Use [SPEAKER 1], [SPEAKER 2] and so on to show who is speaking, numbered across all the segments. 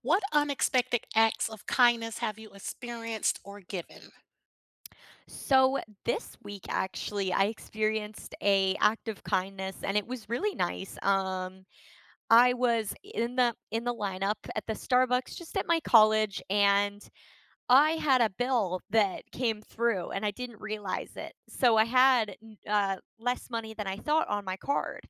[SPEAKER 1] What unexpected acts of kindness have you experienced or given?
[SPEAKER 2] So this week actually I experienced a act of kindness and it was really nice. I was in the lineup at the Starbucks just at my college, and I had a bill that came through and I didn't realize it. So I had less money than I thought on my card.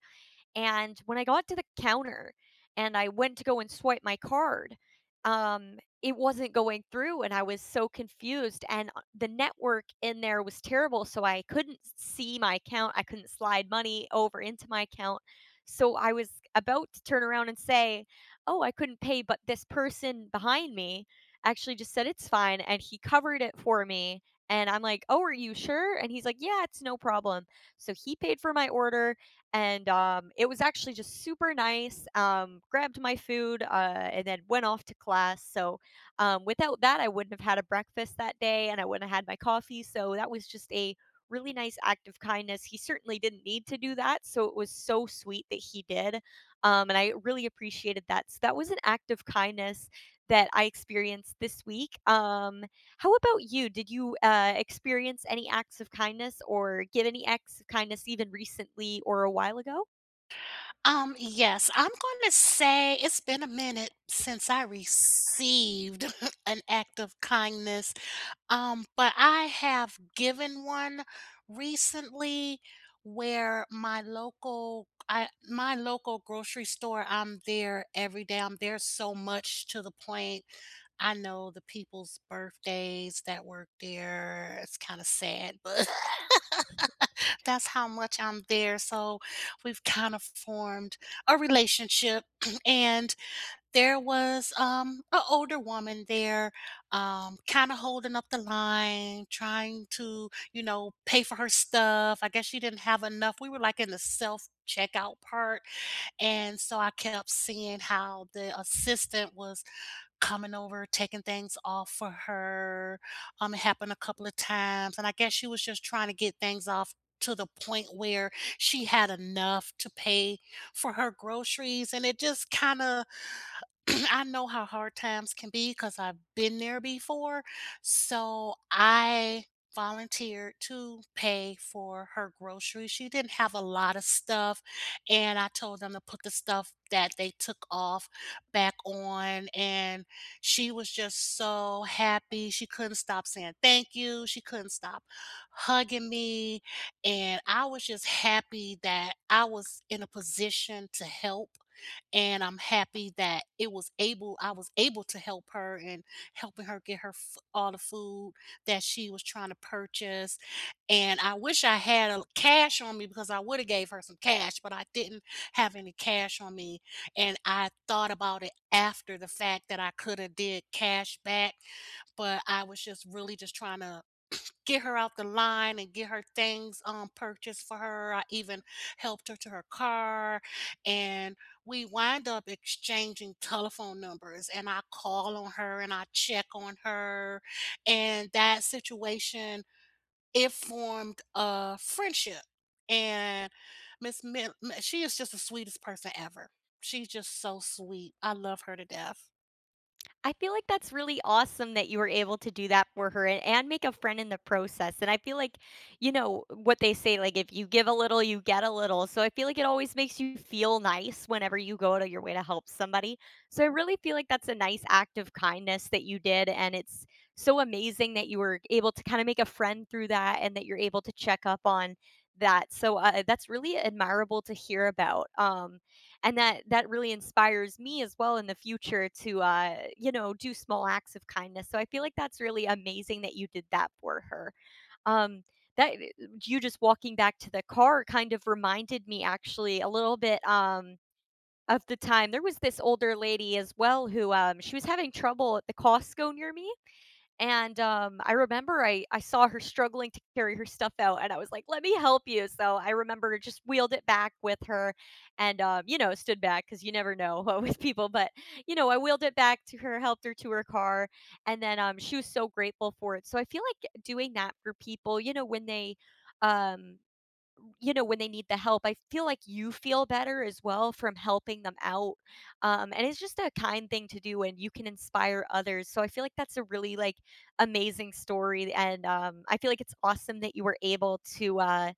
[SPEAKER 2] And when I got to the counter and I went to go and swipe my card, it wasn't going through and I was so confused. And the network in there was terrible. So I couldn't see my account. I couldn't slide money over into my account. So I was about to turn around and say, "Oh, I couldn't pay." But this person behind me actually just said it's fine. And he covered it for me. And I'm like, "Oh, are you sure?" And he's like, "Yeah, it's no problem." So he paid for my order, and it was actually just super nice. Grabbed my food, and then went off to class. So without that, I wouldn't have had a breakfast that day, and I wouldn't have had my coffee. So that was just a really nice act of kindness. He certainly didn't need to do that, so it was so sweet that he did, and I really appreciated that. So that was an act of kindness that I experienced this week. How about you? Did you experience any acts of kindness or give any acts of kindness even recently or a while ago?
[SPEAKER 1] Yes, I'm going to say it's been a minute since I received an act of kindness. But I have given one recently where my local grocery store, I'm there every day. I'm there so much to the point I know the people's birthdays that work there. It's kind of sad, but that's how much I'm there, so we've kind of formed a relationship, and there was, a older woman there, kinda holding up the line, trying to, you know, pay for her stuff. I guess she didn't have enough. We were, like, in the self-checkout part, and so I kept seeing how the assistant was coming over, taking things off for her. It happened a couple of times, and I guess she was just trying to get things off to the point where she had enough to pay for her groceries, and it just kind of I know how hard times can be because I've been there before. So I volunteered to pay for her groceries. She didn't have a lot of stuff. And I told them to put the stuff that they took off back on. And she was just so happy. She couldn't stop saying thank you. She couldn't stop hugging me. And I was just happy that I was in a position to help, and I'm happy that it was able I was able to help her and helping her get her f all the food that she was trying to purchase, and I wish I had a cash on me because I woulda gave her some cash, but I didn't have any cash on me, and I thought about it after the fact that I coulda did cash back, but I was just really just trying to get her out the line and get her things purchased for her. I even helped her to her car and we wind up exchanging telephone numbers, and I call on her and I check on her, and that situation, it formed a friendship. And Miss she is just the sweetest person ever. She's just so sweet. I love her to death.
[SPEAKER 2] I feel like that's really awesome that you were able to do that for her, and make a friend in the process. And I feel like, you know, what they say, like if you give a little, you get a little. So I feel like it always makes you feel nice whenever you go out of your way to help somebody. So I really feel like that's a nice act of kindness that you did. And it's so amazing that you were able to kind of make a friend through that and that you're able to check up on that. So that's really admirable to hear about. And that really inspires me as well in the future to you know, do small acts of kindness. So I feel like that's really amazing that you did that for her. um that eh, you just walking back to the car kind of reminded me actually a little bit, of the time there was this older lady as well who, she was having trouble at the Costco near me. And, I remember I saw her struggling to carry her stuff out, and I was like, "Let me help you." So I remember just wheeled it back with her and, you know, stood back because you never know with people, but, you know, I wheeled it back to her, helped her to her car, and then, she was so grateful for it. So I feel like doing that for people, you know, when they, um you know, when they need the help. I feel like you feel better as well from helping them out. And it's just a kind thing to do and you can inspire others. So I feel like that's a really like amazing story. And I feel like it's awesome that you were able to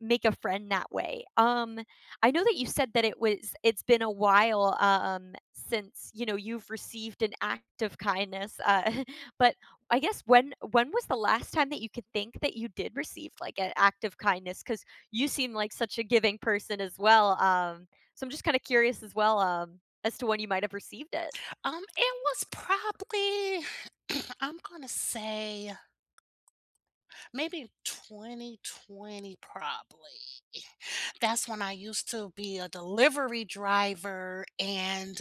[SPEAKER 2] make a friend that way. I know that you said that it was it's been a while, since you know you've received an act of kindness, but I guess when was the last time that you could think that you did receive like an act of kindness? Because you seem like such a giving person as well. So I'm just kind of curious as well, as to when you might have received it.
[SPEAKER 1] It was probably I'm gonna say maybe 2020 probably. That's when I used to be a delivery driver, and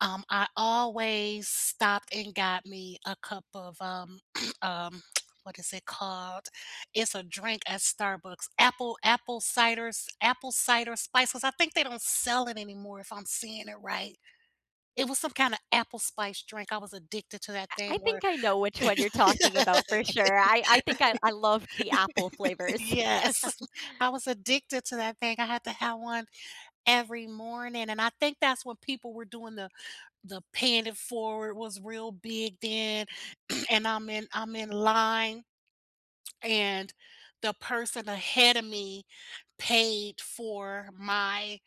[SPEAKER 1] I always stopped and got me a cup of, um, what is it called? It's a drink at Starbucks, apple cider spice, 'cause I think they don't sell it anymore if I'm seeing it right. It was some kinda apple spice drink. I was addicted to that
[SPEAKER 2] I
[SPEAKER 1] thing where
[SPEAKER 2] think I know which one you're talking about for sure. I I think I loved the apple flavors.
[SPEAKER 1] yes. I was addicted to that thing. I had to have one every morning, and I think that's when people were doing the paying it forward was real big then. And I'm in line, and the person ahead of me paid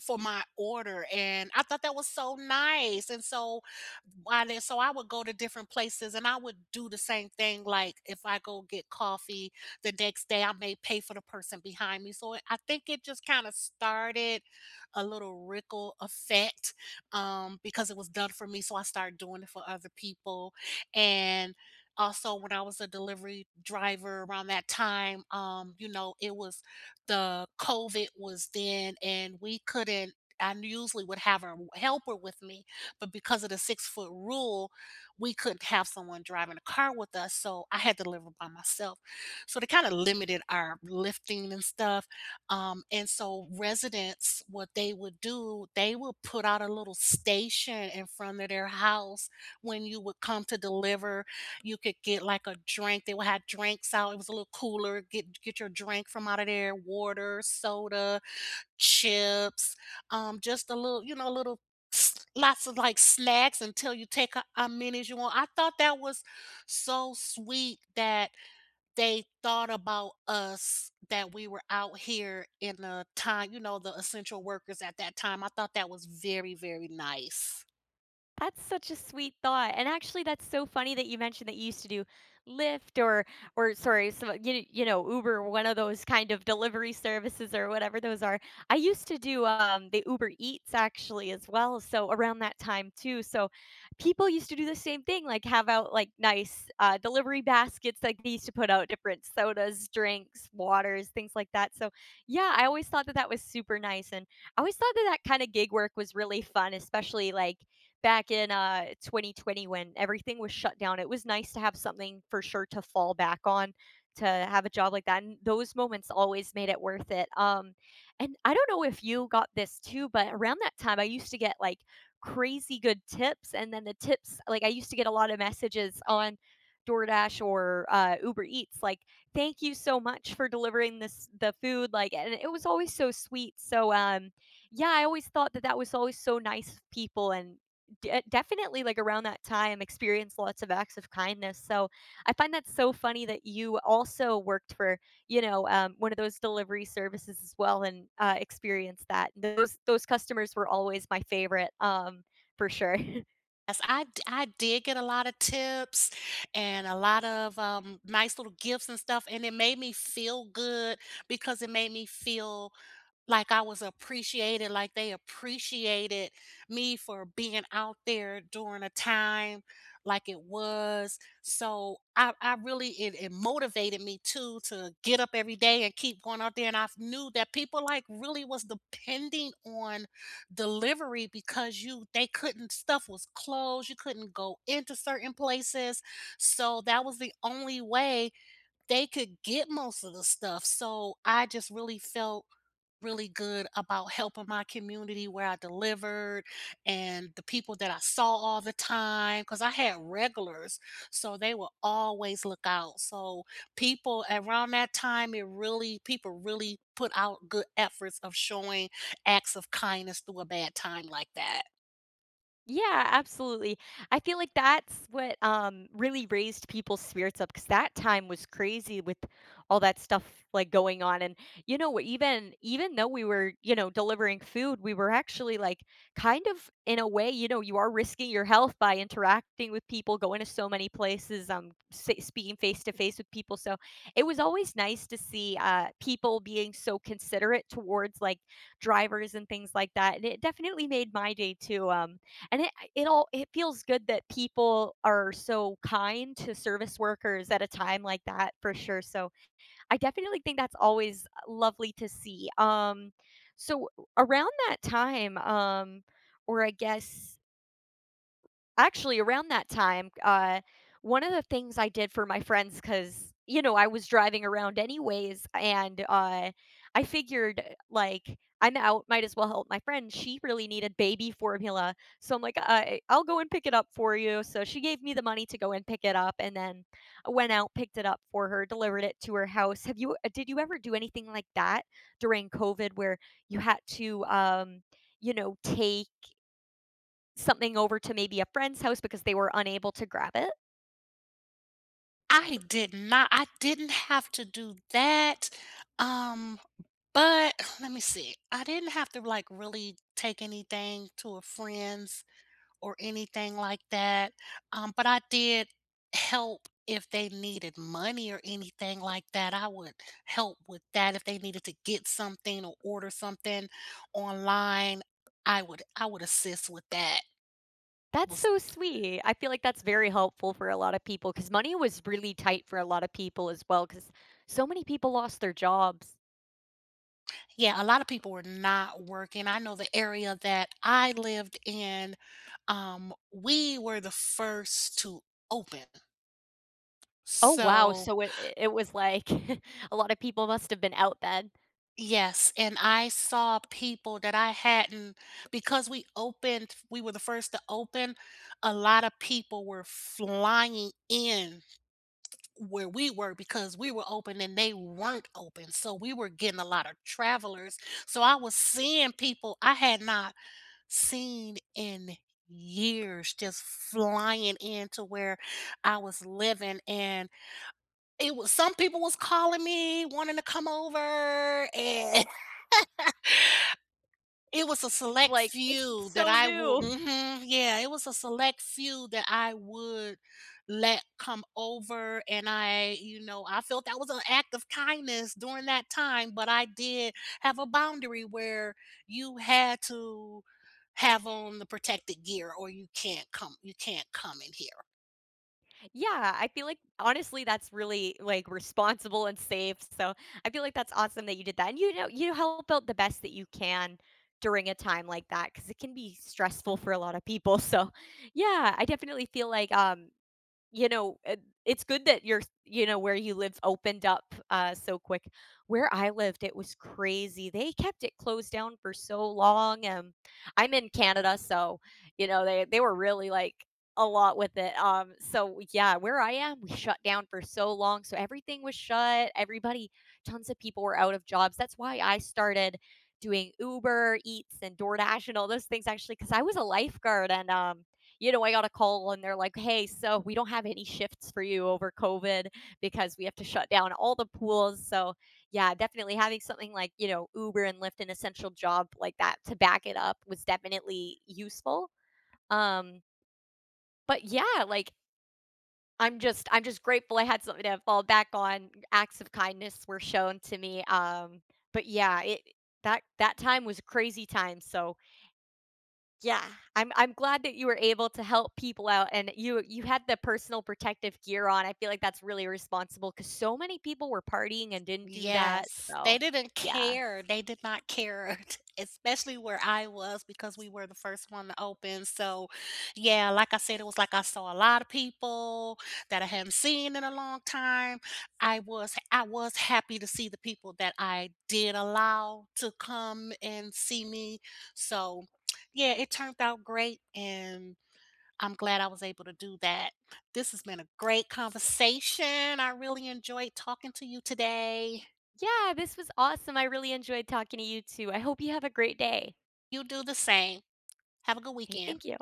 [SPEAKER 1] for my order, and I thought that was so nice. And so why then, so I would go to different places and I would do the same thing, like if I go get coffee the next day I may pay for the person behind me. So I think it just kind of started a little ripple effect, because it was done for me, so I started doing it for other people. And also when I was a delivery driver around that time, you know, it was the COVID was then, and we couldn't I usually would have a helper with me, but because of the six-foot rule, we couldn't have someone driving a car with us, so I had to deliver by myself. So they kinda limited our lifting and stuff, and so residents, what they would do, they would put out a little station in front of their house. When you would come to deliver you could get like a drink. They would have drinks out. It was a little cooler. Get your drink from out of there. Water, soda, chips, just a little, you know, a little lots of like snacks until you take a many as you want. I thought that was so sweet that they thought about us, that we were out here in the time, you know, the essential workers at that time. I thought that was very, very nice.
[SPEAKER 2] That's such a sweet thought, and actually, that's so funny that you mentioned that you used to do Lyft or sorry, so you know, Uber, one of those kind of delivery services or whatever those are. I used to do, the Uber Eats actually as well, so around that time too, so people used to do the same thing, like, have out, like, nice, delivery baskets, like, they used to put out different sodas, drinks, waters, things like that, so, yeah, I always thought that that was super nice, and I always thought that that kinda gig work was really fun, especially, like, back in 2020 when everything was shut down. It was nice to have something for sure to fall back on, to have a job like that. And those moments always made it worth it. And I don't know if you got this too, but around that time I used to get like crazy good tips. And then the tips, like, I used to get a lot of messages on DoorDash or Uber Eats, like, thank you so much for delivering this the food, like, and it was always so sweet. So, yeah, I always thought that that was always so nice of people, and de definitely, like, around that time, experienced lots of acts of kindness. So I find that so funny that you also worked for, you know, one of those delivery services as well and, experienced that. Those customers were always my favorite, for sure.
[SPEAKER 1] Yes, I did get a lot of tips and a lot of, nice little gifts and stuff, and it made me feel good because it made me feel like I was appreciated, like they appreciated me for being out there during a time like it was. So I really it motivated me too to get up every day and keep going out there. And I knew that people like really was depending on delivery because you they couldn't stuff was closed, you couldn't go into certain places. So that was the only way they could get most of the stuff. So I just really felt really good about helping my community where I delivered and the people that I saw all the time because I had regulars. So they would always look out. So people around that time, it really, people really put out good efforts of showing acts of kindness through a bad time like that.
[SPEAKER 2] Yeah, absolutely. I feel like that's what really raised people's spirits up, because that time was crazy with all that stuff like going on. And you know, even though we were, you know, delivering food, we were actually like kind of in a way, you know, you are risking your health by interacting with people, going to so many places, sa speaking face to face with people. So it was always nice to see people being so considerate towards like drivers and things like that. And it definitely made my day too. And it all, it feels good that people are so kind to service workers at a time like that for sure. So I definitely think that's always lovely to see, so around that time, or I guess, actually, around that time, one of the things I did for my friends, because you know, I was driving around anyways, and, I figured, like, "I'm out, might as well help my friend." She really needed baby formula, so I'm like, "I'll go and pick it up for you." So she gave me the money to go and pick it up, and then I went out, picked it up for her, delivered it to her house. Have you did you ever do anything like that during COVID where you had to, you know, take something over to maybe a friend's house because they were unable to grab it?
[SPEAKER 1] I did not, I didn't have to do that. Um, but let me see. I didn't have to like really take anything to a friend's or anything like that. But I did help if they needed money or anything like that. I would help with that if they needed to get something or order something online. I would assist with that.
[SPEAKER 2] That's
[SPEAKER 1] Was
[SPEAKER 2] so sweet. I feel like that's very helpful for a lot of people because money was really tight for a lot of people as well, because so many people lost their jobs.
[SPEAKER 1] yeah, a lot of people were not working. I know the area that I lived in, we were the first to open.
[SPEAKER 2] Oh wow,
[SPEAKER 1] So
[SPEAKER 2] so it was like a lot of people must have been out then.
[SPEAKER 1] yes, and I saw people that I hadn't because we opened we were the first to open, a lot of people were flying in where we were because we were open and they weren't open, so we were getting a lot of travelers, so I was seeing people I had not seen in years just flying into where I was living, and it was some people was calling me wanting to come over and it was a
[SPEAKER 2] It's
[SPEAKER 1] select
[SPEAKER 2] like it's
[SPEAKER 1] few that
[SPEAKER 2] so
[SPEAKER 1] I will
[SPEAKER 2] new.
[SPEAKER 1] mhm, yeah, it was a select few that I would let come over, and I you know, I felt that was an act of kindness during that time, but I did have a boundary where you had to have on the protective gear or you can't come in here.
[SPEAKER 2] Yeah, I feel like honestly that's really like responsible and safe. So I feel like that's awesome that you did that. And you know, you help out the best that you can during a time like that because it can be stressful for a lot of people. So yeah, I definitely feel like you know, it it's good that you're you know, where you live opened up, so quick. Where I lived, it was crazy. They kept it closed down for so long, I'm in Canada, so, you know, they were really, like, a lot with it, so yeah, where I am, we shut down for so long, so everything was shut, everybody tons of people were out of jobs. That's why I started doing Uber Eats and DoorDash and all those things actually, because I was a lifeguard and, you know, I got a call and they're like, hey, so we don't have any shifts for you over COVID because we have to shut down all the pools. So, yeah, definitely having something like, you know, Uber and Lyft, an essential job like that to back it up was definitely useful. Um, but yeah, like, I'm just grateful I had something to fall back on. Acts of kindness were shown to me. But yeah, it that that time was a crazy time. So yeah, I'm glad that you were able to help people out and you had the personal protective gear on. I feel like that's really responsible because so many people were partying and didn't do that.
[SPEAKER 1] Yes, they
[SPEAKER 2] So,
[SPEAKER 1] didn't
[SPEAKER 2] yeah.
[SPEAKER 1] care, they did not care, especially where I was because we were the first one to open, so, yeah, like I said, it was like I saw a lot of people that I hadn't seen in a long time. I was happy to see the people that I did allow to come and see me, so, yeah, it turned out great, and I'm glad I was able to do that. This has been a great conversation. I really enjoyed talking to you today.
[SPEAKER 2] Yeah, this was awesome. I really enjoyed talking to you too. I hope you have a great day.
[SPEAKER 1] You do the same. Have a good
[SPEAKER 2] Okay,
[SPEAKER 1] weekend.
[SPEAKER 2] thank you.